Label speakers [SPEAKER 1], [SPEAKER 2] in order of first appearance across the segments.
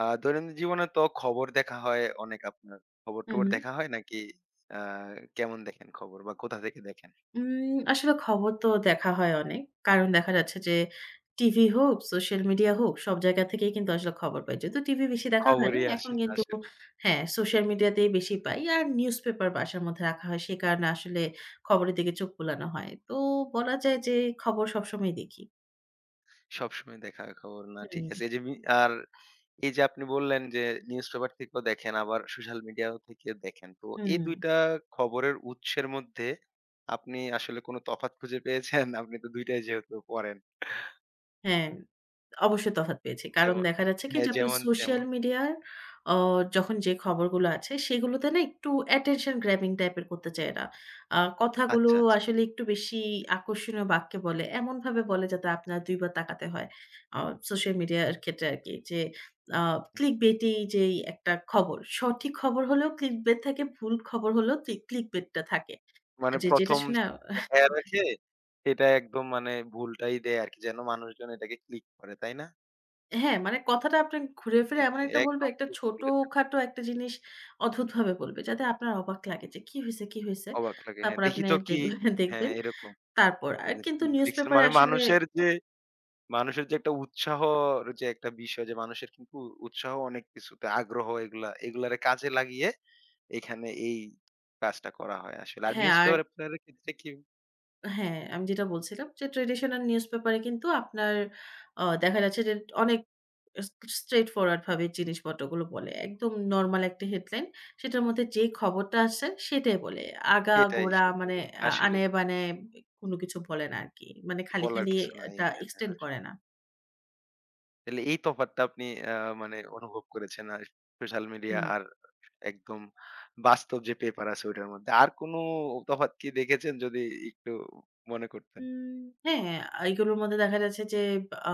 [SPEAKER 1] আ দৈনন্দিন জীবনে তো খবর দেখা হয় অনেক আপনার।
[SPEAKER 2] হুম,
[SPEAKER 1] খবর-টবর
[SPEAKER 2] হুম।
[SPEAKER 1] দেখা হয় নাকি? আ কেমন দেখেন খবর বা কোথা থেকে দেখেন?
[SPEAKER 2] আসলে খবর তো দেখা হয় অনেক। কারণ দেখা যাচ্ছে যে টিভি হোক, সোশ্যাল মিডিয়া হোক সব জায়গা থেকেই কিন্তু আসলে খবর পাই। যদিও টিভি বেশি দেখা হয় না।
[SPEAKER 1] খবরই
[SPEAKER 2] এখন
[SPEAKER 1] আসে না
[SPEAKER 2] কিন্তু
[SPEAKER 1] আসলে।
[SPEAKER 2] হ্যাঁ, সোশ্যাল মিডিয়াতেই বেশি পাই। আর নিউজপেপার বাসার মধ্যে রাখা হয়। সে কারণে আসলে খবরের দিকে চোখ বুলানো হয়। তো বলা যায় যে খবর সবসময় দেখি।
[SPEAKER 1] সবসময় দেখা হয় খবর না, ঠিক
[SPEAKER 2] হুম,
[SPEAKER 1] আছে। এই যে আর এই যে আপনি বললেন যে নিউজপেপার থেকেও দেখেন, আবার সোশ্যাল মিডিয়া থেকে দেখেন। তো এই
[SPEAKER 2] হুম,
[SPEAKER 1] ২ টা খবরের উৎসের মধ্যে আপনি আসলে কোনো তফাৎ খুঁজে পেয়েছেন? আপনি তো ২ টাই যেহেতু পড়েন।
[SPEAKER 2] হ্যাঁ। অবশ্যই তফাৎ পেয়েছি। কারণ
[SPEAKER 1] যেমন?
[SPEAKER 2] দেখা যাচ্ছে কি
[SPEAKER 1] হ্যাঁ,
[SPEAKER 2] যে আপনার
[SPEAKER 1] যেমন,
[SPEAKER 2] সোশ্যাল
[SPEAKER 1] যেমন?
[SPEAKER 2] মিডিয়ার অ যখন যে খবরগুলো আছে সেগুলোতে না একটু attention grabbing টাইপের করতে চায় এরা। কথাগুলো
[SPEAKER 1] আচ্ছা, আচ্ছা।
[SPEAKER 2] আসলে একটু বেশি আকর্ষণীয় বাক্যে বলে। এমনভাবে বলে যাতে আপনার ২ বার তাকাতে হয়। আ সোশ্যাল মিডিয়ার ক্ষেত্রে আরকি যে আ clickbaity যেই একটা খবর, সঠিক খবর হলেও clickbait থাকে, ভুল খবর হলেও clickbait টা থাকে।
[SPEAKER 1] মানে
[SPEAKER 2] যে যেটা
[SPEAKER 1] ১ম
[SPEAKER 2] শুনে
[SPEAKER 1] যেটা দেখায়া রাখে, সেটা একদম মানে ভুলটাই দেয় আরকি। যেন মানুষজন এটাকে ক্লিক করে, তাই না?
[SPEAKER 2] হ্যাঁ, মানে কথাটা আপনি ঘুরে ফিরে
[SPEAKER 1] হ্যাঁ,
[SPEAKER 2] এমন একটা বলবে,
[SPEAKER 1] একদম
[SPEAKER 2] একটা
[SPEAKER 1] ঠিক বলেছেন।
[SPEAKER 2] ছোটখাটো একটা জিনিস অদ্ভুতভাবে বলবে। যাতে আপনার অবাক লাগে যে, "কি হইছে, কি হইছে?"
[SPEAKER 1] অবাক লাগে। হ্যাঁ,
[SPEAKER 2] তারপর
[SPEAKER 1] দেখি
[SPEAKER 2] আপনি
[SPEAKER 1] তো কি।
[SPEAKER 2] দেখবেন
[SPEAKER 1] হ্যাঁ,
[SPEAKER 2] দেখবেন।
[SPEAKER 1] এরকম।
[SPEAKER 2] তারপর আর কিন্তু
[SPEAKER 1] দেখছেন
[SPEAKER 2] নিউজপেপারে
[SPEAKER 1] মানে
[SPEAKER 2] আসলে
[SPEAKER 1] মানুষের যে একটা উৎসাহর যে একটা বিষয়, যে মানুষের কিন্তু উৎসাহ অনেক কিছুতে, আগ্রহ এগুলা, এগুলারে কাজে লাগিয়ে এখানে এই কাজটা করা হয় আসলে। আর
[SPEAKER 2] হ্যাঁ, আর
[SPEAKER 1] নিউজপেপার এর ক্ষেত্রে কি
[SPEAKER 2] হ্যাঁ, আমি যেটা বলছিলাম যে ট্র্যাডিশনাল নিউজপেপারে কিন্তু আপনার দেখা যাচ্ছে যে অনেক স স্ট্রেইট ফরওয়ার্ড ভাবে জিনিসপত্রগুলো বলে। একদম নরমাল একটা হেডলাইন। সেটার মধ্যে যে খবরটা আছে সেটাই বলে।
[SPEAKER 1] সেটাই,
[SPEAKER 2] আগাগোড়া
[SPEAKER 1] সেটাই
[SPEAKER 2] মানে
[SPEAKER 1] বলে। আসলেই
[SPEAKER 2] আনায়-বানায় কোনো কিছু বলে না আরকি। মানে খালি,
[SPEAKER 1] বলার
[SPEAKER 2] খালি
[SPEAKER 1] কিছু নাই
[SPEAKER 2] এটা
[SPEAKER 1] এখানে।
[SPEAKER 2] এক্সটেন্ড করে না।
[SPEAKER 1] তাহলে এই তফাৎটা আপনি আ মানে অনুভব করেছেন আর সোশ্যাল মিডিয়া
[SPEAKER 2] হুম।
[SPEAKER 1] আর একদম বাস্তব যে পেপার আছে ওইটার মধ্যে। আর কোনো তফাৎ কি দেখেছেন যদি একটু মনে করতেন?
[SPEAKER 2] উম হ্যাঁ, এইগুলোর মধ্যে দেখা যাচ্ছে যে আ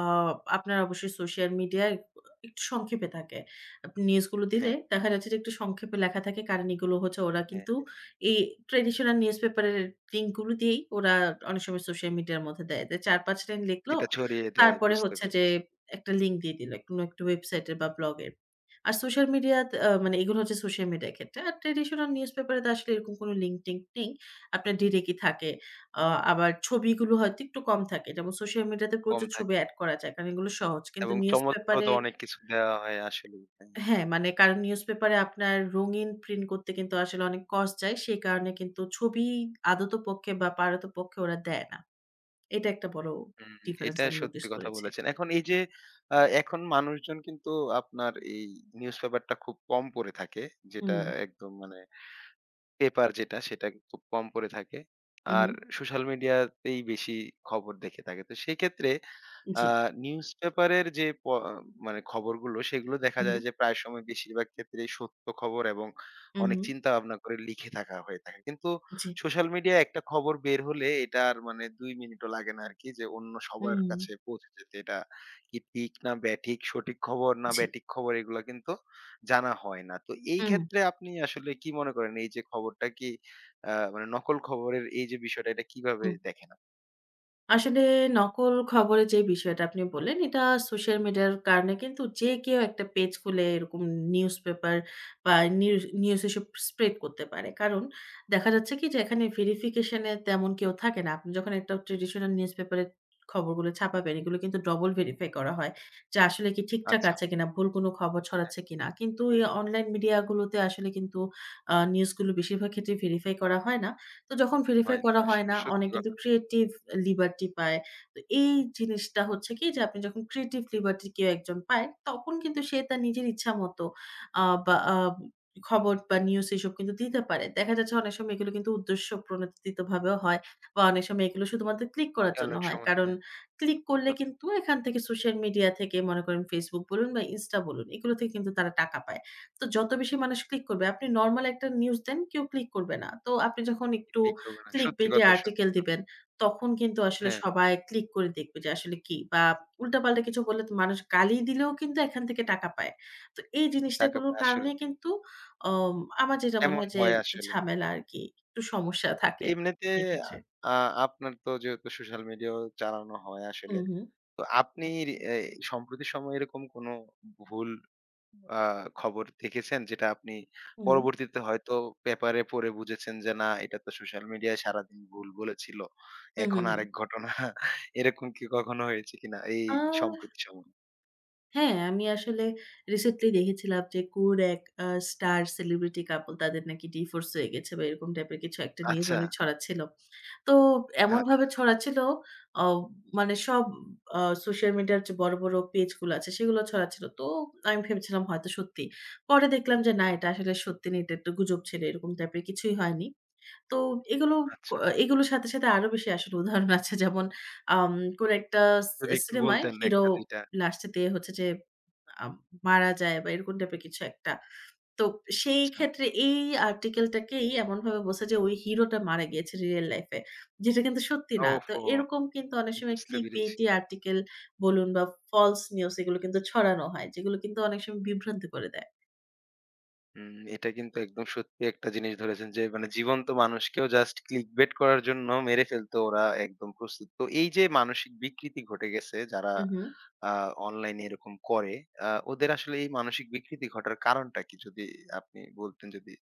[SPEAKER 2] আপনার অবশ্যই সোশ্যাল মিডিয়ায় একটু সংক্ষেপে থাকে। আপনি নিউজগুলো দিলে
[SPEAKER 1] হ্যাঁ,
[SPEAKER 2] দেখা যাচ্ছে যে একটু সংক্ষেপে লেখা থাকে। কারণ এগুলো হচ্ছে ওরা
[SPEAKER 1] হ্যাঁ।
[SPEAKER 2] কিন্তু এই ট্র্যাডিশনাল নিউজপেপারের লিঙ্কগুলো দিয়েই ওরা অনেক সময় সোশ্যাল মিডিয়ার মধ্যে দেয়। যে ৪-৫ লাইন লিখলো,
[SPEAKER 1] এটা ছড়িয়ে দেয়,
[SPEAKER 2] তারপরে
[SPEAKER 1] বুঝতে
[SPEAKER 2] হচ্ছে যে
[SPEAKER 1] পেরেছি।
[SPEAKER 2] একটা লিঙ্ক দিয়ে দিল। কোনো একটা ওয়েবসাইটের বা ব্লগের। আর সোশ্যাল মিডিয়া মানে এগুলো হচ্ছে সোশ্যাল মিডিয়ার ক্ষেত্রে। আর ট্র্যাডিশনাল নিউজপেপারে তো আসলে এরকম কোনো লিঙ্ক টিঙ্ক নেই। আপনার ডিরেক্টই থাকে। আ আবার ছবিগুলো হয়তো একটু কম থাকে। যেমন সোশ্যাল মিডিয়াতে
[SPEAKER 1] কম
[SPEAKER 2] প্রচুর ছবি
[SPEAKER 1] থাকে
[SPEAKER 2] এড করা যায়। কারণ এগুলো সহজ। কিন্তু
[SPEAKER 1] এবং চমকপ্রদ
[SPEAKER 2] নিউজপেপারে
[SPEAKER 1] অনেক কিছু দেওয়া হয় আসলেই। হ্যাঁ।
[SPEAKER 2] হ্যাঁ, মানে কারণ নিউজপেপারে আপনার রঙিন প্রিন্ট করতে কিন্তু আসলে অনেক কস্ট যায়। সেই কারণে কিন্তু ছবি আদতপক্ষে বা পারতপক্ষে ওরা দেয় না। এটা একটা বড়
[SPEAKER 1] হুম,
[SPEAKER 2] ডিফারেন্স
[SPEAKER 1] এটা
[SPEAKER 2] আমি নোটিস
[SPEAKER 1] সত্যি কথা
[SPEAKER 2] করেছি।
[SPEAKER 1] বলেছেন। এখন এই যে এখন মানুষজন কিন্তু আপনার এই নিউজপেপারটা খুব কম পড়ে থাকে। যেটা
[SPEAKER 2] হুম,
[SPEAKER 1] একদম মানে পেপার যেটা, সেটা খুব কম পড়ে থাকে।
[SPEAKER 2] উহু,
[SPEAKER 1] আর সোশ্যাল মিডিয়াতেই বেশি খবর দেখে থাকে। তো সেই ক্ষেত্রে
[SPEAKER 2] জি,
[SPEAKER 1] আ নিউজপেপারের যে মানে খবরগুলো সেগুলো দেখা যায়
[SPEAKER 2] উহু,
[SPEAKER 1] যে প্রায় সময় বেশিরভাগ ক্ষেত্রেই সত্য খবর, এবং অনেক
[SPEAKER 2] উহু,
[SPEAKER 1] চিন্তা ভাবনা করে লিখে থাকা হয়ে থাকে। কিন্তু
[SPEAKER 2] জি,
[SPEAKER 1] সোশ্যাল মিডিয়ায় একটা খবর বের হলে এটার মানে ২ মিনিটও লাগে না আরকি, যে অন্য সবার
[SPEAKER 2] উম
[SPEAKER 1] কাছে পৌঁছে যেতে। এটা কি ঠিক না ব্যাঠিক, সঠিক খবর না
[SPEAKER 2] জি,
[SPEAKER 1] ব্যাঠিক খবর, এগুলা কিন্তু জানা হয় না। তো এই
[SPEAKER 2] উম,
[SPEAKER 1] ক্ষেত্রে আপনি আসলে কি মনে করেন এই যে খবরটা কি মানে নকল খবরের এই যে বিষয়টা, এটা কিভাবে
[SPEAKER 2] হুম।
[SPEAKER 1] দেখেন
[SPEAKER 2] আসলে নকল খবরের যে বিষয়টা আপনি বললেন, এটা সোশ্যাল মিডিয়ার কারণে কিন্তু যে কেউ একটা পেজ খুলে এরকম নিউজপেপার বা নিউজ নিউজ এসব স্প্রেড করতে পারে। কারণ দেখা যাচ্ছে কি যে এখানে ভেরিফিকেশন এ তেমন কেউ থাকে না। আপনি যখন একটা ট্র্যাডিশনাল নিউজপেপারে খবরগুলো ছাপাবেন, এগুলো কিন্তু ডবল ভেরিফাই করা হয়। যে আসলে কি ঠিকঠাক
[SPEAKER 1] আচ্ছা।
[SPEAKER 2] আছে কিনা, ভুল কোন খবর
[SPEAKER 1] হ্যাঁ,
[SPEAKER 2] ছড়াচ্ছে কিনা। কিন্তু এই অনলাইন মিডিয়া গুলোতে আসলে কিন্তু নিউজগুলো বেশিরভাগ ক্ষেত্রে ভেরিফাই করা হয় না। তো যখন ভেরিফাই
[SPEAKER 1] হয় না
[SPEAKER 2] করা হয়
[SPEAKER 1] আসলে
[SPEAKER 2] না, অনেক
[SPEAKER 1] সত্যি
[SPEAKER 2] কিন্তু ক্রিয়েটিভ লিবার্টি পায়। তো এই জিনিসটা হচ্ছে কি যে আপনি যখন ক্রিয়েটিভ লিবার্টি কেউ একজন পায়, তখন কিন্তু সে তার নিজের ইচ্ছামত আ বা আ খবর বা নিউজ এসব কিন্তু দিতে পারে। দেখা যাচ্ছে অনেক সময় এগুলো কিন্তু উদ্দেশ্য প্রণোদিতভাবেও হয় বা অনেক সময় এগুলো শুধুমাত্র ক্লিক করার জন্য
[SPEAKER 1] অনেক
[SPEAKER 2] হয়।
[SPEAKER 1] সময়।
[SPEAKER 2] কারণ
[SPEAKER 1] হ্যাঁ,
[SPEAKER 2] ক্লিক করলে
[SPEAKER 1] কথা
[SPEAKER 2] কিন্তু এখান থেকে সোশ্যাল মিডিয়া থেকে মনে করেন Facebook বলুন বা Insta বলুন, এগুলো থেকে কিন্তু তারা টাকা পায়। তো যত বেশি মানুষ ক্লিক করবে, আপনি নরমাল একটা নিউজ দেন, কেউ ক্লিক করবে না। তো আপনি যখন একটু
[SPEAKER 1] ঠিক। করবে না, সত্যি
[SPEAKER 2] clickbait এ
[SPEAKER 1] কথা, সত্যি
[SPEAKER 2] আর্টিকেল
[SPEAKER 1] কথা।
[SPEAKER 2] দিবেন, তখন কিন্তু আসলে
[SPEAKER 1] হ্যাঁ,
[SPEAKER 2] সবাই ক্লিক করে দেখবে যে আসলে কি বা উল্টাপাল্টা কিছু বললে তো মানুষ গালি দিলেও কিন্তু এখান থেকে টাকা পায়। তো এই জিনিসটা
[SPEAKER 1] টাকা
[SPEAKER 2] গুলোর
[SPEAKER 1] পায় আসলে।
[SPEAKER 2] কারণে কিন্তু অম আমার যেটা মনে
[SPEAKER 1] এমন
[SPEAKER 2] হয় যে
[SPEAKER 1] হয়
[SPEAKER 2] একটু
[SPEAKER 1] আসলে।
[SPEAKER 2] ঝামেলা আরকি, একটু সমস্যা থাকে
[SPEAKER 1] এমনিতে
[SPEAKER 2] এক্ষেত্রে।
[SPEAKER 1] আ আপনার তো যেহেতু সোশ্যাল মিডিয়াও চালানো হয়
[SPEAKER 2] হুম,
[SPEAKER 1] আসলে।
[SPEAKER 2] হুম,
[SPEAKER 1] তো আপনি এ সম্প্রতি সময়ে এরকম কোনো ভুল আ খবর দেখেছেন যেটা আপনি
[SPEAKER 2] হুম,
[SPEAKER 1] পরবর্তীতে হয়তো পেপারে পড়ে বুঝেছেন যে না, এটা তো সোশ্যাল মিডিয়ায় সারাদিন ভুল বলেছিল।
[SPEAKER 2] হুম,
[SPEAKER 1] এখন
[SPEAKER 2] হুম, হুম।
[SPEAKER 1] আরেক ঘটনা, এরকম কি কখনো হয়েছে কিনা এই
[SPEAKER 2] আ
[SPEAKER 1] সম্প্রতি সময়ে?
[SPEAKER 2] হ্যাঁ, আমি আসলে রিসেন্টলি দেখেছিলাম যে কোন এক স্টার সেলিব্রিটি কাপল তাদের নাকি ডিভোর্স হয়ে গেছে বা এরকম টাইপের কিছু একটা নিউজ
[SPEAKER 1] আচ্ছা,
[SPEAKER 2] অনেক ছড়াচ্ছিল। তো এমনভাবে
[SPEAKER 1] আচ্ছা,
[SPEAKER 2] ছড়াচ্ছিল অ মানে সব আ সোশ্যাল মিডিয়ার যে বড়, বড় পেজগুলো আছে সেগুলো ছড়াচ্ছিল। তো আমি ভেবেছিলাম হয়তো সত্যি। পরে দেখলাম যে না এটা আসলে সত্যি না, এটা একটা গুজব ছিল। এরকম টাইপের কিছুই হয়নি। তো এগুলো ক
[SPEAKER 1] আচ্ছা।
[SPEAKER 2] এগুলোর সাথে, সাথে আরো বেশি আসলে উদাহরণ আছে। যেমন আম কোন একটা
[SPEAKER 1] যদি একটু
[SPEAKER 2] সিনেমায়
[SPEAKER 1] বলতেন ১
[SPEAKER 2] হিরো
[SPEAKER 1] টা ২ টা।
[SPEAKER 2] লাস্টে তে হচ্ছে যে আম মারা যায় বা এরকম টাইপের কিছু একটা। তো সেই
[SPEAKER 1] আচ্ছা।
[SPEAKER 2] ক্ষেত্রে এই আর্টিকেলটাকেই এমনভাবে বলছে যে ওই হিরোটা মারা গিয়েছে রিয়াল লাইফ এ। যেটা কিন্তু সত্যি না। তো
[SPEAKER 1] ওহো!
[SPEAKER 2] এরকম কিন্তু অনেক সময়
[SPEAKER 1] বুঝতে পেরেছি।
[SPEAKER 2] clickbaity আর্টিকেল বলুন বা ফলস নিউজ এগুলো কিন্তু ছড়ানো হয়। যেগুলো কিন্তু অনেক সময় বিভ্রান্তি করে দেয়।
[SPEAKER 1] হুম, এটা কিন্তু একদম সত্যি একটা জিনিস ধরেছেন, যে মানে জীবন্ত মানুষকেও জাস্ট clickbait করার জন্য মেরে ফেলতে ওরা একদম প্রস্তুত। তো এই যে মানসিক বিকৃতি ঘটে গেছে যারা
[SPEAKER 2] উহু।
[SPEAKER 1] আ অনলাইনে এরকম করে, ওদের আসলে এই মানসিক বিকৃতি ঘটার কারণটা কি? যদি আপনি বলতেন যদি।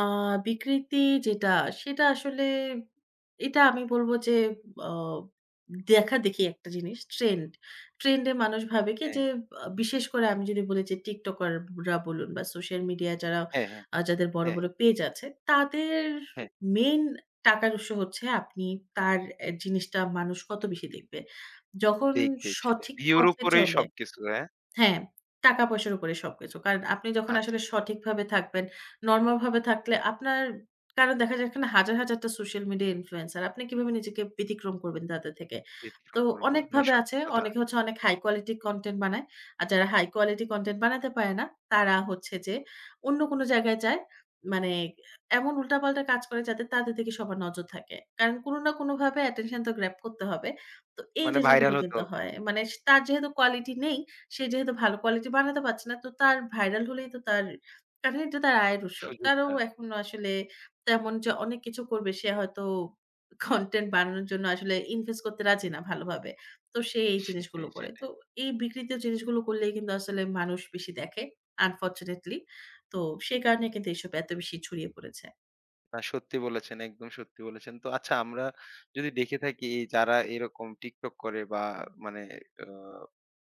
[SPEAKER 2] আ বিকৃতি যেটা, সেটা আসলে এটা আমি বলব যে অ দেখাদেখি একটা জিনিস ট্রেন্ড। ট্রেন্ড এ মানুষ ভাবে কি
[SPEAKER 1] হ্যাঁ,
[SPEAKER 2] যে বিশেষ করে আমি যদি বলি যে টিকটকার রা বলুন বা সোশ্যাল মিডিয়া যারা
[SPEAKER 1] হ্যাঁ, হ্যাঁ,
[SPEAKER 2] যাদের বড়,
[SPEAKER 1] হ্যাঁ,
[SPEAKER 2] বড়
[SPEAKER 1] হ্যাঁ,
[SPEAKER 2] পেজ আছে তাদের
[SPEAKER 1] হ্যাঁ।
[SPEAKER 2] মেইন টাকার উৎস হচ্ছে আপনি তার অ্যা জিনিসটা মানুষ কত বেশি দেখবে। যখন
[SPEAKER 1] দেখবে সেটাই।
[SPEAKER 2] সঠিক
[SPEAKER 1] ভিউর
[SPEAKER 2] পথে
[SPEAKER 1] উপরেই
[SPEAKER 2] চলে
[SPEAKER 1] সবকিছু, হ্যাঁ?
[SPEAKER 2] হ্যাঁ, টাকা-পয়সার উপরে সবকিছু। কারণ আপনি যখন
[SPEAKER 1] আচ্ছা,
[SPEAKER 2] আসলে সঠিকভাবে থাকবেন, নরমাল ভাবে থাকলে আপনার কারণ দেখা যায় এখানে হাজার, হাজারটা সোশ্যাল মিডিয়া ইনফ্লুয়েন্সার। আপনি কিভাবে নিজেকে ব্যতিক্রম করবেন তাদের থেকে? তো
[SPEAKER 1] ব্যতিক্রম করব। না
[SPEAKER 2] অনেকভাবে আছে।
[SPEAKER 1] সত্যি কথা।
[SPEAKER 2] অনেকে হচ্ছে অনেক হাই কোয়ালিটি কনটেন্ট বানায়। আর যারা হাই কোয়ালিটি কনটেন্ট বানাতে পারে না, তারা হচ্ছে যে অন্য কোন জায়গায় যায়। মানে এমন উল্টাপাল্টা কাজ করে যাতে তাদের দিকে সবার নজর থাকে। কারণ কোন না কোনভাবে অ্যাটেনশন তো গ্র্যাব করতে হবে। তো এই
[SPEAKER 1] মানে
[SPEAKER 2] জিনিসগুলো
[SPEAKER 1] ভাইরাল হতে
[SPEAKER 2] কিন্তু
[SPEAKER 1] হবে
[SPEAKER 2] হয়। মানে তার যেহেতু কোয়ালিটি নেই সে যেহেতু ভালো কোয়ালিটি বানাতে পারছে না, তো তার ভাইরাল হলেই তো তার কারণ এটা তার আয়ের উৎস। তারও
[SPEAKER 1] সুযোগটা।
[SPEAKER 2] এখনো আসলে তেমন যে অনেক কিছু করবে সে হয়তো কনটেন্ট বানানোর জন্য আসলে ইনভেস্ট করতে রাজি না ভালোভাবে। তো সে এই জিনিসগুলো
[SPEAKER 1] সেটাই,
[SPEAKER 2] করে। তো
[SPEAKER 1] সেটাই।
[SPEAKER 2] এই বিকৃত জিনিসগুলো করলেই কিন্তু আসলে মানুষ বেশি দেখে আনফরচুনেটলি। তো সে কারণে কিন্তু এসব এত বেশি ছড়িয়ে পড়েছে।
[SPEAKER 1] না সত্যি বলেছেন, একদম সত্যি বলেছেন। তো আচ্ছা, আমরা যদি দেখে থাকি এই যারা এরকম TikTok করে বা মানে আ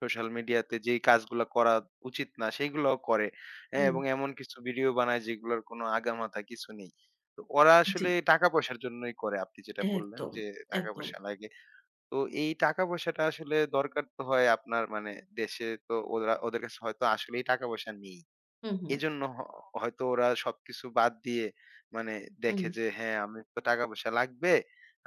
[SPEAKER 1] সোশ্যাল মিডিয়াতে যেই কাজগুলা করা উচিত না সেগুলাও করে। হ্যাঁ?
[SPEAKER 2] হুম,
[SPEAKER 1] এবং এমন কিছু ভিডিও বানায় যেগুলোর কোনো আগামাথা কিছু নেই। তো ওরা
[SPEAKER 2] জি,
[SPEAKER 1] আসলে টাকা পয়সার জন্যই করে। আপনি যেটা বললেন
[SPEAKER 2] একদম,
[SPEAKER 1] যে টাকা
[SPEAKER 2] একদম।
[SPEAKER 1] পয়সা লাগে। তো এই টাকা পয়সাটা আসলে দরকার তো হয়, আপনার মানে দেশে তো ওরা ওদের কাছে হয়তো আসলেই টাকা পয়সা নেই।
[SPEAKER 2] হু, হু,
[SPEAKER 1] এজন্য হয়তো ওরা সবকিছু বাদ দিয়ে মানে
[SPEAKER 2] হুম,
[SPEAKER 1] দেখে যে হ্যাঁ, আমি তো টাকা-পয়সা লাগবে।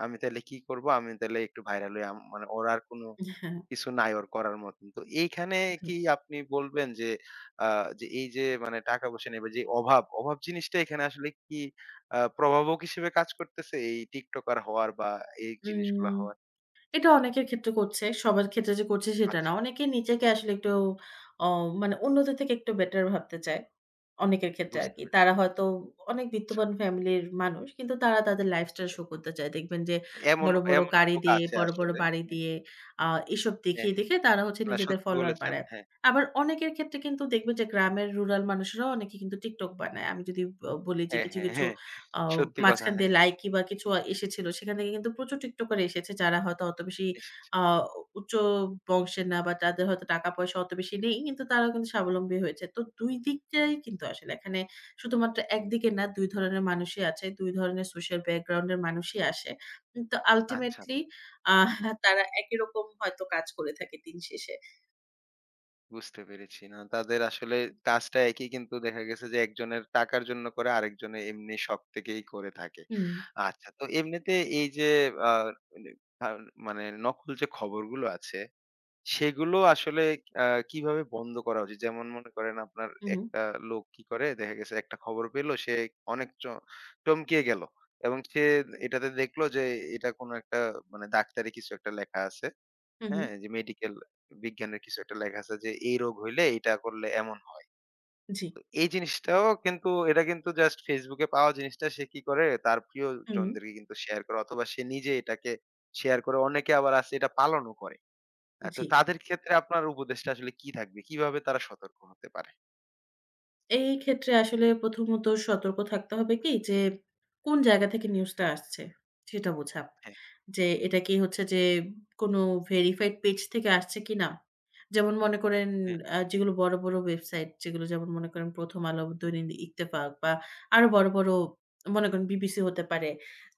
[SPEAKER 1] আমি তাইলে কি করব? আমি তাইলে একটু ভাইরাল হই। মানে ওর আর কোনো
[SPEAKER 2] হ্যাঁ,
[SPEAKER 1] কিছু নাই ওর করার মতন। তো এইখানে
[SPEAKER 2] জি।
[SPEAKER 1] কি আপনি বলবেন যে আ যে এই যে মানে টাকা-পয়সা নিয়ে বা যে অভাব, অভাব জিনিসটা এখানে আসলে কি প্রভাবক হিসেবে কাজ করতেছে এই টিকটকার হওয়ার বা এই জিনিসগুলা
[SPEAKER 2] উম
[SPEAKER 1] হওয়ার?
[SPEAKER 2] এটা অনেকের ক্ষেত্রে করছে। সবার ক্ষেত্রে যে করছে সেটা না।
[SPEAKER 1] আচ্ছা,
[SPEAKER 2] অনেকে নিজেকে আসলে একটু অ মানে অন্যদের থেকে একটু বেটার ভাবতে চায়। অনেকের ক্ষেত্রে
[SPEAKER 1] বুঝতে
[SPEAKER 2] আরকি।
[SPEAKER 1] পেরেছি।
[SPEAKER 2] তারা হয়তো অনেক
[SPEAKER 1] আচ্ছা।
[SPEAKER 2] বিত্তবান ফ্যামিলির মানুষ। কিন্তু তারা তাদের লাইফস্টাইল শো করতে চায়। দেখবেন যে বড়,
[SPEAKER 1] এমনও,
[SPEAKER 2] বড়
[SPEAKER 1] এমনও
[SPEAKER 2] গাড়ি
[SPEAKER 1] লোক
[SPEAKER 2] দিয়ে,
[SPEAKER 1] আছে
[SPEAKER 2] বড়, বড়
[SPEAKER 1] আসলে।
[SPEAKER 2] বাড়ি
[SPEAKER 1] হ্যাঁ,
[SPEAKER 2] দিয়ে আ এসব
[SPEAKER 1] হ্যাঁ,
[SPEAKER 2] দেখিয়ে,
[SPEAKER 1] হ্যাঁ।
[SPEAKER 2] দেখিয়ে তারা হচ্ছে
[SPEAKER 1] না
[SPEAKER 2] নিজেদের
[SPEAKER 1] সত্যি
[SPEAKER 2] ফলোয়ার
[SPEAKER 1] বলেছেন।
[SPEAKER 2] বাড়ায়।
[SPEAKER 1] হ্যাঁ।
[SPEAKER 2] আবার অনেকের ক্ষেত্রে কিন্তু দেখবেন যে গ্রামের রুরাল মানুষেরাও অনেকে কিন্তু TikTok বানায়। আমি যদি বলি যে
[SPEAKER 1] হ্যাঁ,
[SPEAKER 2] কিছু,
[SPEAKER 1] হ্যাঁ,
[SPEAKER 2] কিছু
[SPEAKER 1] হ্যাঁ।
[SPEAKER 2] আ
[SPEAKER 1] সত্যি কথা,
[SPEAKER 2] মাঝখান দিয়ে
[SPEAKER 1] হ্যাঁ।
[SPEAKER 2] লাইকি বা কিছু এসেছিল। সেখান থেকে কিন্তু প্রচুর টিকটকার এসেছে যারা হয়তো অত বেশি
[SPEAKER 1] ইস!
[SPEAKER 2] আ উচ্চ বংশের না বা যাদের হয়তো টাকা-পয়সা অত বেশি নেই। কিন্তু তারাও কিন্তু স্বাবলম্বী হয়েছে। তো ২ দিকটাই কিন্তু আসলে এখানে শুধুমাত্র একদিকে না ২ ধরনের মানুষই আছে। ২ ধরনের সোশ্যাল ব্যাকগ্রাউন্ড এর মানুষই আসে। কিন্তু
[SPEAKER 1] আচ্ছা,
[SPEAKER 2] আল্টিমেটলি আহ তারা একই রকম হয়তো কাজ করে থাকে দিন শেষে।
[SPEAKER 1] বুঝতে পেরেছি। না, তাদের আসলে কাজটা একই, কিন্তু দেখা গেছে যে একজনের টাকার জন্য করে, আরেকজনে এমনি শখ থেকেই করে থাকে।
[SPEAKER 2] হুম,
[SPEAKER 1] আচ্ছা, তো এমনিতে এই যে আ মানে আ মানে নকল যে খবরগুলো আছে সেগুলো আসলে আ কিভাবে বন্ধ করা উচিত? যেমন মনে করেন আপনার
[SPEAKER 2] হুম,
[SPEAKER 1] একটা লোক কি করে, দেখা গেছে একটা খবর পেল, সে অনেক চমকিয়ে গেল। এবং সে এটাতে দেখলো যে এটা কোনো একটা মানে ডাক্তারি কিছু একটা লেখা আছে।
[SPEAKER 2] হুম, হুম,
[SPEAKER 1] হ্যাঁ? যে মেডিকেল বিজ্ঞানের কিছু একটা লেখা আছে যে এই রোগ হইলে এটা করলে এমন হয়।
[SPEAKER 2] জি,
[SPEAKER 1] তো এই জিনিসটাও কিন্তু, এটা কিন্তু জাস্ট Facebook এ পাওয়া জিনিসটা সে কি করে, তার
[SPEAKER 2] হুম,
[SPEAKER 1] প্রিয়জনদেরকে কিন্তু শেয়ার করে অথবা সে নিজে এটাকে শেয়ার করে, অনেকে আবার আছে এটা পালনও করে। তো
[SPEAKER 2] জি।
[SPEAKER 1] তাদের ক্ষেত্রে আপনার উপদেশটা আসলে কি থাকবে? কিভাবে তারা সতর্ক হতে পারে?
[SPEAKER 2] এই ক্ষেত্রে আসলে প্রথমত সতর্ক থাকতে হবে কি যে, কোন জায়গা থেকে নিউজটা আসছে সেটা বোঝা।
[SPEAKER 1] হ্যাঁ,
[SPEAKER 2] যে এটা কি হচ্ছে যে কোনো ভেরিফাইড পেজ থেকে আসছে কিনা? যেমন মনে করেন
[SPEAKER 1] হ্যাঁ,
[SPEAKER 2] যেগুলো বড়, বড় ওয়েবসাইট যেগুলো যেমন মনে করেন 'প্রথম আলো', 'দৈনিক ইত্তেফাক' বা আরো বড়, বড় মনে করেন বিবিসি হতে পারে।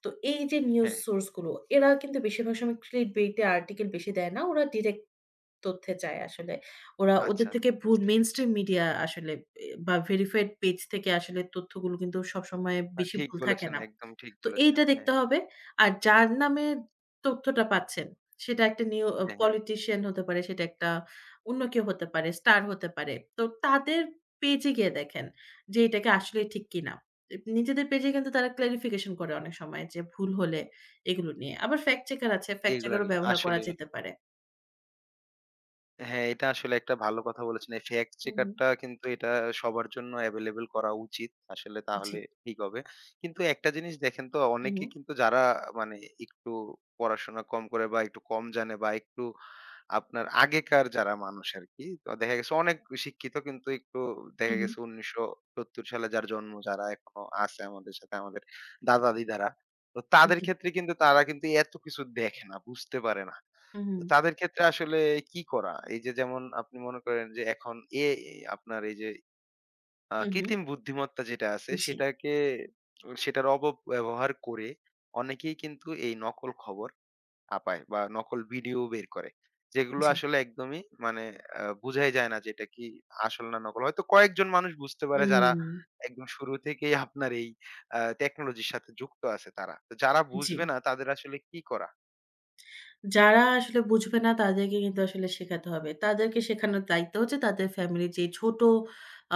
[SPEAKER 2] তো এই যে নিউজ
[SPEAKER 1] হ্যাঁ।
[SPEAKER 2] সোর্স গুলো এরা কিন্তু বেশিরভাগ সময় clickbait এ আর্টিকেল বেশি দেয় না। ওরা ডিরেক্ট তথ্যে যায় আসলে। ওরা
[SPEAKER 1] আচ্ছা,
[SPEAKER 2] ওদের
[SPEAKER 1] আচ্ছা
[SPEAKER 2] থেকে ভুল
[SPEAKER 1] বুঝতে পেরেছি।
[SPEAKER 2] মেইনস্ট্রিম মিডিয়া আসলে এ বা ভেরিফাইড পেজ থেকে আসলে তথ্যগুলো কিন্তু সবসময়
[SPEAKER 1] না
[SPEAKER 2] বেশি
[SPEAKER 1] ঠিক
[SPEAKER 2] ভুল থাকে
[SPEAKER 1] বলেছেন,
[SPEAKER 2] না।
[SPEAKER 1] একদম ঠিক
[SPEAKER 2] তো
[SPEAKER 1] বলেছেন।
[SPEAKER 2] এইটা
[SPEAKER 1] হ্যাঁ,
[SPEAKER 2] দেখতে হবে। আর যার নামে তথ্যটা পাচ্ছেন, সেটা একটা নিউ আ
[SPEAKER 1] হ্যাঁ, হ্যাঁ।
[SPEAKER 2] পলিটিশিয়ান হতে পারে, সেটা একটা অন্য কেউ হতে পারে, স্টার হতে পারে। তো তাদের পেজে গিয়ে দেখেন যে এটাকে আসলেই ঠিক কিনা। নিজেদের পেজে কিন্তু তারা ক্লারিফিকেশন করে অনেক সময় যে ভুল হলে এগুলো নিয়ে। আবার ফ্যাক্ট চেকার আছে, ফ্যাক্ট
[SPEAKER 1] এগুলা
[SPEAKER 2] চেকারও
[SPEAKER 1] নিয়ে
[SPEAKER 2] ব্যবহার করা
[SPEAKER 1] আসলেই
[SPEAKER 2] যেতে পারে।
[SPEAKER 1] হ্যাঁ, এটা আসলে একটা ভালো কথা বলেছেন। এই ফ্যাক্ট
[SPEAKER 2] হু,
[SPEAKER 1] চেকার
[SPEAKER 2] হু।
[SPEAKER 1] টা কিন্তু এটা সবার জন্য এভেইলেবল করা উচিত। আসলে
[SPEAKER 2] জি।
[SPEAKER 1] তাহলে ঠিক হবে। কিন্তু একটা জিনিস দেখেন তো,
[SPEAKER 2] হুম,
[SPEAKER 1] অনেকে কিন্তু যারা মানে একটু পড়াশোনা কম করে বা একটু কম জানে বা একটু আপনার আগেকার যারা মানুষ আরকি। তো দেখা গেছে অনেক শিক্ষিত কিন্তু একটু দেখা
[SPEAKER 2] হুম, হুম,
[SPEAKER 1] গেছে ১৯৭০ সালে যার জন্ম, যারা এখনো আছে আমাদের সাথে আমাদের দাদা-দিদারা। তো
[SPEAKER 2] হুম,
[SPEAKER 1] তাদের
[SPEAKER 2] জি।
[SPEAKER 1] ক্ষেত্রে কিন্তু তারা কিন্তু এত কিছু দেখে না, বুঝতে পারে না।
[SPEAKER 2] হুম,
[SPEAKER 1] তো
[SPEAKER 2] হুম,
[SPEAKER 1] তাদের ক্ষেত্রে আসলে কি করা? এই যে যেমন আপনি মনে করেন যে এখন এ এ- আপনার এই যে
[SPEAKER 2] হুম, হুম,
[SPEAKER 1] কৃত্রিম বুদ্ধিমত্তা যেটা আছে
[SPEAKER 2] জি,
[SPEAKER 1] সেটাকে সেটার অপব্যবহার করে অনেকেই কিন্তু এই নকল খবর ছাপায় বা নকল ভিডিও বের করে। যেগুলো
[SPEAKER 2] জি।
[SPEAKER 1] আসলে একদমই মানে বুঝাই যায় না যে এটা কি আসল না নকল। হয়তো কয়েকজন মানুষ বুঝতে পারে যারা
[SPEAKER 2] হুম,
[SPEAKER 1] একদম শুরু থেকেই আপনার এই টেকনোলজির সাথে যুক্ত আছে তারা। তো যারা
[SPEAKER 2] জি।
[SPEAKER 1] বুঝবে না তাদের আসলে কি করা?
[SPEAKER 2] যারা আসলে বুঝবে না তাদেরকে কিন্তু আসলে শেখাতে হবে। তাদেরকে শেখানোর দায়িত্ব হচ্ছে তাদের ফ্যামিলির যে ছোট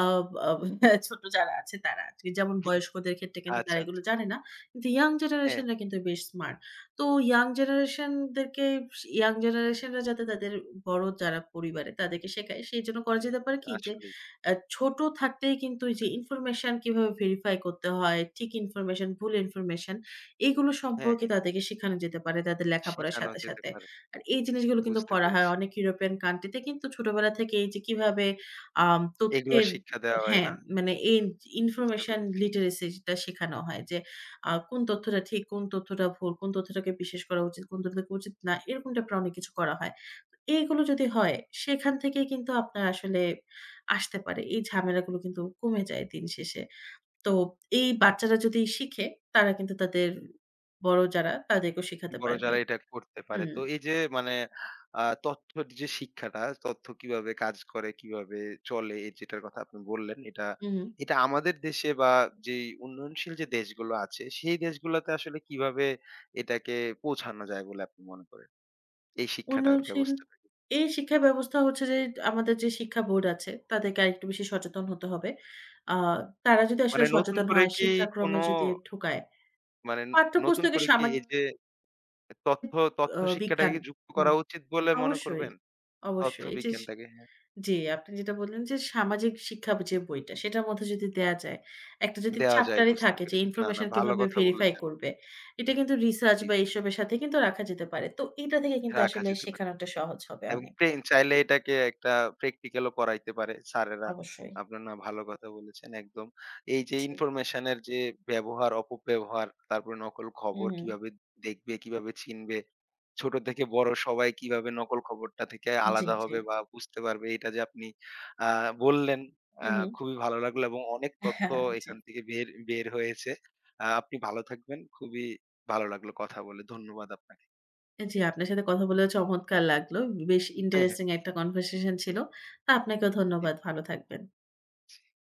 [SPEAKER 2] আ আ ছোট যারা আছে তারা। আছে। যেমন বয়স্কদের ক্ষেত্রে কিন্তু তারা
[SPEAKER 1] আচ্ছা,
[SPEAKER 2] এগুলো
[SPEAKER 1] আচ্ছা।
[SPEAKER 2] জানে না। কিন্তু ইয়াং
[SPEAKER 1] হ্যাঁ,
[SPEAKER 2] জেনারেশনরা কিন্তু বেশ স্মার্ট। তো ইয়াং জেনারেশন দেরকে ইয়াং জেনারেশনরা যাতে তাদের বড় যারা পরিবারে তাদেরকে শেখায় সেইজন্য করা
[SPEAKER 1] হ্যাঁ,
[SPEAKER 2] যেতে
[SPEAKER 1] হ্যাঁ,
[SPEAKER 2] পারে কি যে
[SPEAKER 1] আসলেই।
[SPEAKER 2] ছোট থাকতেই কিন্তু এই যে ইনফরমেশন কিভাবে ভেরিফাই করতে হয়, ঠিক ইনফরমেশন, ভুল ইনফরমেশন এগুলো
[SPEAKER 1] হ্যাঁ,
[SPEAKER 2] সম্পর্কে
[SPEAKER 1] হ্যাঁ।
[SPEAKER 2] তাদেরকে শেখানো যেতে পারে তাদের লেখাপড়ার
[SPEAKER 1] শিখানো
[SPEAKER 2] সাথে,
[SPEAKER 1] যেতে
[SPEAKER 2] সাথে।
[SPEAKER 1] পারে।
[SPEAKER 2] আর এই জিনিসগুলো কিন্তু
[SPEAKER 1] বুঝতে
[SPEAKER 2] করা হয়
[SPEAKER 1] পেরেছি।
[SPEAKER 2] অনেক ইউরোপিয়ান কান্ট্রি তে কিন্তু ছোটবেলা থেকে এই যে কিভাবে
[SPEAKER 1] এগুলো
[SPEAKER 2] তথ্যের
[SPEAKER 1] শিক্ষা দেওয়া হয়
[SPEAKER 2] হ্যাঁ,
[SPEAKER 1] না?
[SPEAKER 2] মানে এই
[SPEAKER 1] হুম, বুঝতে
[SPEAKER 2] ইনফরমেশন
[SPEAKER 1] পেরেছি।
[SPEAKER 2] লিটারেসি টা শেখানো হয় যে কোন তথ্যটা ঠিক, কোন তথ্যটা ভুল, কোন তথ্যটাকে বিশ্বাস করা উচিত, কোন তথ্যটাকে উচিত না, এরকম টাইপের অনেক কিছু করা হয়। এইগুলো যদি হয় সেখান থেকেই কিন্তু আপনার আসলে আসতে পারে। এই ঝামেলাগুলো কিন্তু কমে যায় দিন শেষে। তো এই বাচ্চারা যদি শিখে তারা কিন্তু তাদের বড় যারা তাদেরকেও শিখাতে
[SPEAKER 1] বড়
[SPEAKER 2] পারবে।
[SPEAKER 1] যারা এটা করতে পারে।
[SPEAKER 2] হুম,
[SPEAKER 1] তো এই যে মানে তথ্যর যে শিক্ষাটা, তথ্য কিভাবে কাজ করে, কিভাবে চলে, এ যেটার কথা আপনি বললেন, এটা
[SPEAKER 2] হুম।
[SPEAKER 1] এটা আমাদের দেশে বা যেই উন্নয়নশীল যে দেশগুলো আছে, সেই দেশগুলোতে আসলে কিভাবে এটাকে পৌঁছানো যায় বলে আপনি মনে করেন? এই শিক্ষাটার
[SPEAKER 2] উন্নয়নশীল
[SPEAKER 1] ব্যবস্থাটাকে।
[SPEAKER 2] এই শিক্ষা ব্যবস্থা হচ্ছে যে আমাদের যে শিক্ষা বোর্ড আছে তাদেরকে আরেকটু বেশি সচেতন হতে হবে। আ তারা যদি আসলে
[SPEAKER 1] মানে নতুন
[SPEAKER 2] সচেতন
[SPEAKER 1] করে
[SPEAKER 2] হয়
[SPEAKER 1] কি
[SPEAKER 2] শিক্ষাক্রমে
[SPEAKER 1] কোনো
[SPEAKER 2] যদি ঢুকায়।
[SPEAKER 1] মানে নতুন
[SPEAKER 2] পাঠ্যপুস্তকে
[SPEAKER 1] করে কি
[SPEAKER 2] সামাজিক
[SPEAKER 1] এই যে তথ্য তথ্য শিক্ষাটাকে
[SPEAKER 2] বিজ্ঞান
[SPEAKER 1] কি যুক্ত
[SPEAKER 2] হুম,
[SPEAKER 1] করা উচিত বলে মনে
[SPEAKER 2] অবশ্যই,
[SPEAKER 1] করবেন? তথ্য
[SPEAKER 2] অবশ্যই। এই যে
[SPEAKER 1] বিজ্ঞানটাকে, হ্যাঁ,
[SPEAKER 2] জি, আপনি যেটা বললেন যে সামাজিক শিক্ষা যে বইটা সেটার মধ্যে যদি দেয়া যায়, একটা যদি
[SPEAKER 1] দেওয়া যায়,
[SPEAKER 2] চ্যাপ্টারই
[SPEAKER 1] বুঝতে
[SPEAKER 2] থাকে যে
[SPEAKER 1] পেরেছি। না, না
[SPEAKER 2] ইনফরমেশন
[SPEAKER 1] ভালো
[SPEAKER 2] কিভাবে
[SPEAKER 1] কথা
[SPEAKER 2] ভেরিফাই
[SPEAKER 1] বলেছেন।
[SPEAKER 2] করবে। এটা কিন্তু
[SPEAKER 1] জি,
[SPEAKER 2] রিসার্চ বা
[SPEAKER 1] জি।
[SPEAKER 2] এসবের সাথে কিন্তু রাখা যেতে পারে। তো এটা থেকে কিন্তু
[SPEAKER 1] রাখা
[SPEAKER 2] আসলে
[SPEAKER 1] যেতে পারে।
[SPEAKER 2] শেখানোটা সহজ হবে
[SPEAKER 1] এবং
[SPEAKER 2] অনেক।
[SPEAKER 1] ট্রেন চাইলে এটাকে একটা প্র্যাকটিক্যাল ও করাইতে পারে স্যারেরা।
[SPEAKER 2] অবশ্যই।
[SPEAKER 1] আপনার না ভালো কথা বলেছেন একদম। এই যে
[SPEAKER 2] জি।
[SPEAKER 1] ইনফরমেশন এর যে ব্যবহার, অপব্যবহার, তারপরে নকল খবর
[SPEAKER 2] উহু।
[SPEAKER 1] কিভাবে দেখবে, কিভাবে চিনবে, ছোট থেকে বড় সবাই কিভাবে নকল খবরটা থেকে
[SPEAKER 2] জি,
[SPEAKER 1] আলাদা
[SPEAKER 2] জি।
[SPEAKER 1] হবে বা বুঝতে পারবে এটা যে আপনি আ বললেন
[SPEAKER 2] হু,
[SPEAKER 1] আ
[SPEAKER 2] হু।
[SPEAKER 1] খুবই ভালো লাগলো এবং অনেক তথ্য
[SPEAKER 2] হ্যাঁ, জি।
[SPEAKER 1] এখান থেকে বের বের হয়েছে। আপনি ভালো থাকবেন। খুবই ভালো লাগলো কথা বলে। ধন্যবাদ আপনাকে।
[SPEAKER 2] জি, আপনার সাথে কথা বলেও চমৎকার লাগলো। বেশ ইন্টারেস্টিং একটা কনভারসেশন ছিল। তো আপনাকেও
[SPEAKER 1] জি।
[SPEAKER 2] ধন্যবাদ। ভালো থাকবেন।